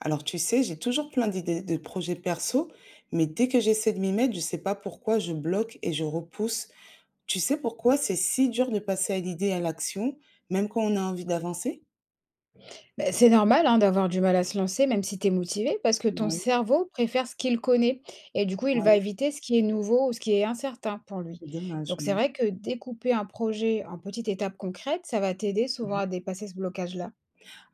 Alors, tu sais, j'ai toujours plein d'idées de projets perso, mais dès que j'essaie de m'y mettre, je sais pas pourquoi je bloque et je repousse. Tu sais pourquoi c'est si dur de passer à l'idée et à l'action, même quand on a envie d'avancer? Bah, c'est normal hein, d'avoir du mal à se lancer, même si tu es motivé, parce que ton Oui, cerveau préfère ce qu'il connaît. Et du coup, il va oui, éviter ce qui est nouveau ou ce qui est incertain pour lui. c'est dommage. Donc, c'est Oui. vrai que découper un projet en petites étapes concrètes, ça va t'aider souvent à Mhm. dépasser ce blocage-là.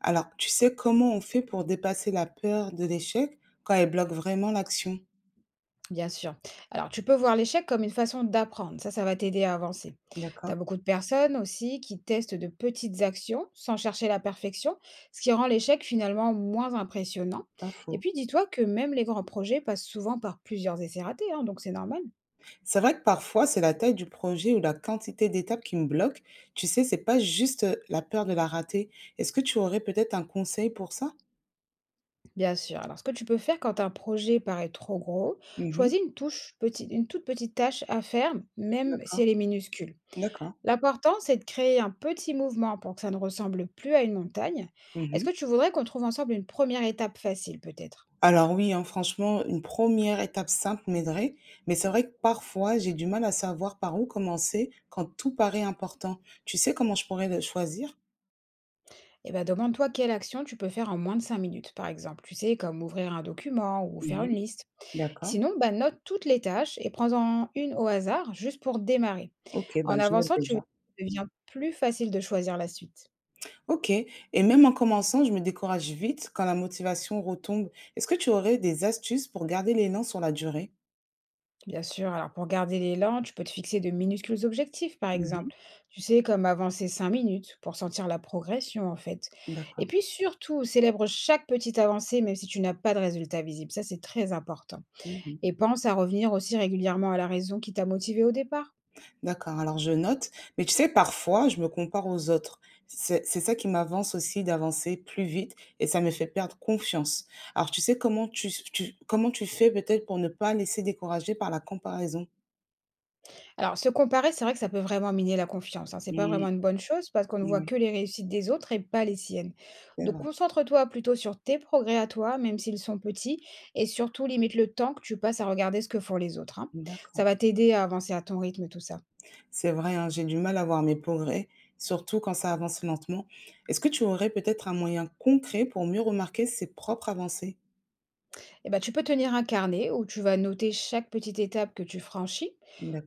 Alors, tu sais comment on fait pour dépasser la peur de l'échec quand elle bloque vraiment l'action? Bien sûr. Alors, tu peux voir l'échec comme une façon d'apprendre. Ça va t'aider à avancer. Tu as D'accord, beaucoup de personnes aussi qui testent de petites actions sans chercher la perfection, ce qui rend l'échec finalement moins impressionnant. pas Et faux. puis, dis-toi que même les grands projets passent souvent par plusieurs essais ratés, hein, donc c'est normal. C'est vrai que parfois, c'est la taille du projet ou la quantité d'étapes qui me bloque. Tu sais, c'est pas juste la peur de la rater. Est-ce que tu aurais peut-être un conseil pour ça? Bien sûr. Alors, ce que tu peux faire quand un projet paraît trop gros, Mmh. choisis une touche petite, une toute petite tâche à faire, même si D'accord, elle est minuscule. d'accord. L'important, c'est de créer un petit mouvement pour que ça ne ressemble plus à une montagne. Est-ce Mmh. que tu voudrais qu'on trouve ensemble une première étape facile, peut-être? Alors oui, hein, franchement, une première étape simple m'aiderait, mais c'est vrai que parfois, j'ai du mal à savoir par où commencer quand tout paraît important. Tu sais comment je pourrais le choisir? Eh bien, demande-toi quelle action tu peux faire en moins de 5 minutes, par exemple. Tu sais, comme ouvrir un document ou faire une Mmh. liste. D'accord. Sinon, bah, note toutes les tâches et prends-en une au hasard, juste pour démarrer. OK, En ben, je note avançant, tu verras déjà. que ça devient plus facile de choisir la suite. OK, et même en commençant, je me décourage vite quand la motivation retombe. Est-ce que tu aurais des astuces pour garder l'élan sur la durée? Bien sûr, alors pour garder l'élan, tu peux te fixer de minuscules objectifs, par Mmh. exemple. Tu sais, comme avancer 5 minutes pour sentir la progression, en fait. Et D'accord. puis surtout, célèbre chaque petite avancée, même si tu n'as pas de résultat visible. Ça, c'est très important. Mmh. Et pense à revenir aussi régulièrement à la raison qui t'a motivé au départ. D'accord, alors je note. Mais tu sais, parfois, je me compare aux autres. C'est ça qui m'avance aussi d'avancer plus vite et ça me fait perdre confiance. Alors, tu sais comment comment tu fais peut-être pour ne pas laisser décourager par la comparaison? Alors, se comparer, c'est vrai que ça peut vraiment miner la confiance, hein. C'est pas Mm, vraiment une bonne chose parce qu'on ne voit ouais, que les réussites des autres et pas les siennes. c'est Donc, vrai. concentre-toi plutôt sur tes progrès à toi, même s'ils sont petits, et surtout limite le temps que tu passes à regarder ce que font les autres, hein. Ça D'accord. va t'aider à avancer à ton rythme, tout ça. C'est vrai, hein, j'ai du mal à voir mes progrès, surtout quand ça avance lentement. Est-ce que tu aurais peut-être un moyen concret pour mieux remarquer ses propres avancées? Et ben, tu peux tenir un carnet où tu vas noter chaque petite étape que tu franchis.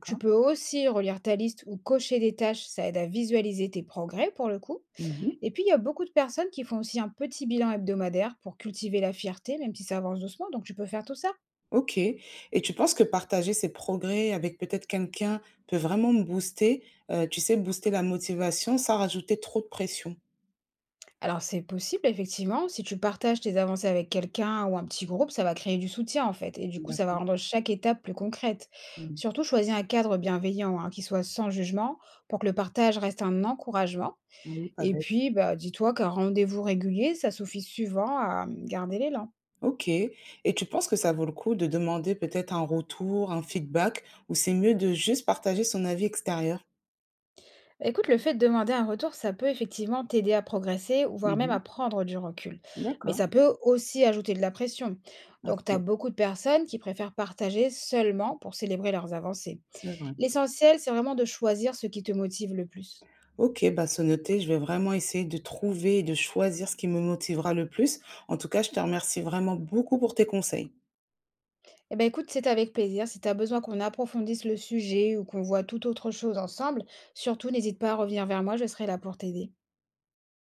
Tu peux aussi relire ta liste ou cocher des tâches, ça aide à visualiser tes progrès pour le coup. Mhm. Et puis, il y a beaucoup de personnes qui font aussi un petit bilan hebdomadaire pour cultiver la fierté, même si ça avance doucement, donc tu peux faire tout ça. OK. Et tu penses que partager ses progrès avec peut-être quelqu'un peut vraiment me booster, tu sais, booster la motivation sans rajouter trop de pression? Alors, c'est possible, effectivement, si tu partages tes avancées avec quelqu'un ou un petit groupe, ça va créer du soutien, en fait, et du coup, ça va D'accord. rendre chaque étape plus concrète. Mmh. Surtout, choisis un cadre bienveillant, hein, qui soit sans jugement, pour que le partage reste un encouragement. Oui, pas Et bête. puis, bah, dis-toi qu'un rendez-vous régulier, ça suffit souvent à garder l'élan. OK. Et tu penses que ça vaut le coup de demander peut-être un retour, un feedback ou c'est mieux de juste partager son avis extérieur? Bah, écoute, le fait de demander un retour, ça peut effectivement t'aider à progresser, ou voire même Mmh. à prendre du recul. Mais D'accord, ça peut aussi ajouter de la pression. pas Donc, tu as faux, beaucoup de personnes qui préfèrent partager seulement pour célébrer leurs avancées. c'est vrai. L'essentiel, c'est vraiment de choisir ce qui te motive le plus. OK, bah, c'est noté, je vais vraiment essayer de trouver et de choisir ce qui me motivera le plus. En tout cas, je te remercie vraiment beaucoup pour tes conseils. Eh ben écoute, c'est avec plaisir. Si tu as besoin qu'on approfondisse le sujet ou qu'on voit tout autre chose ensemble, surtout n'hésite pas à revenir vers moi, je serai là pour t'aider.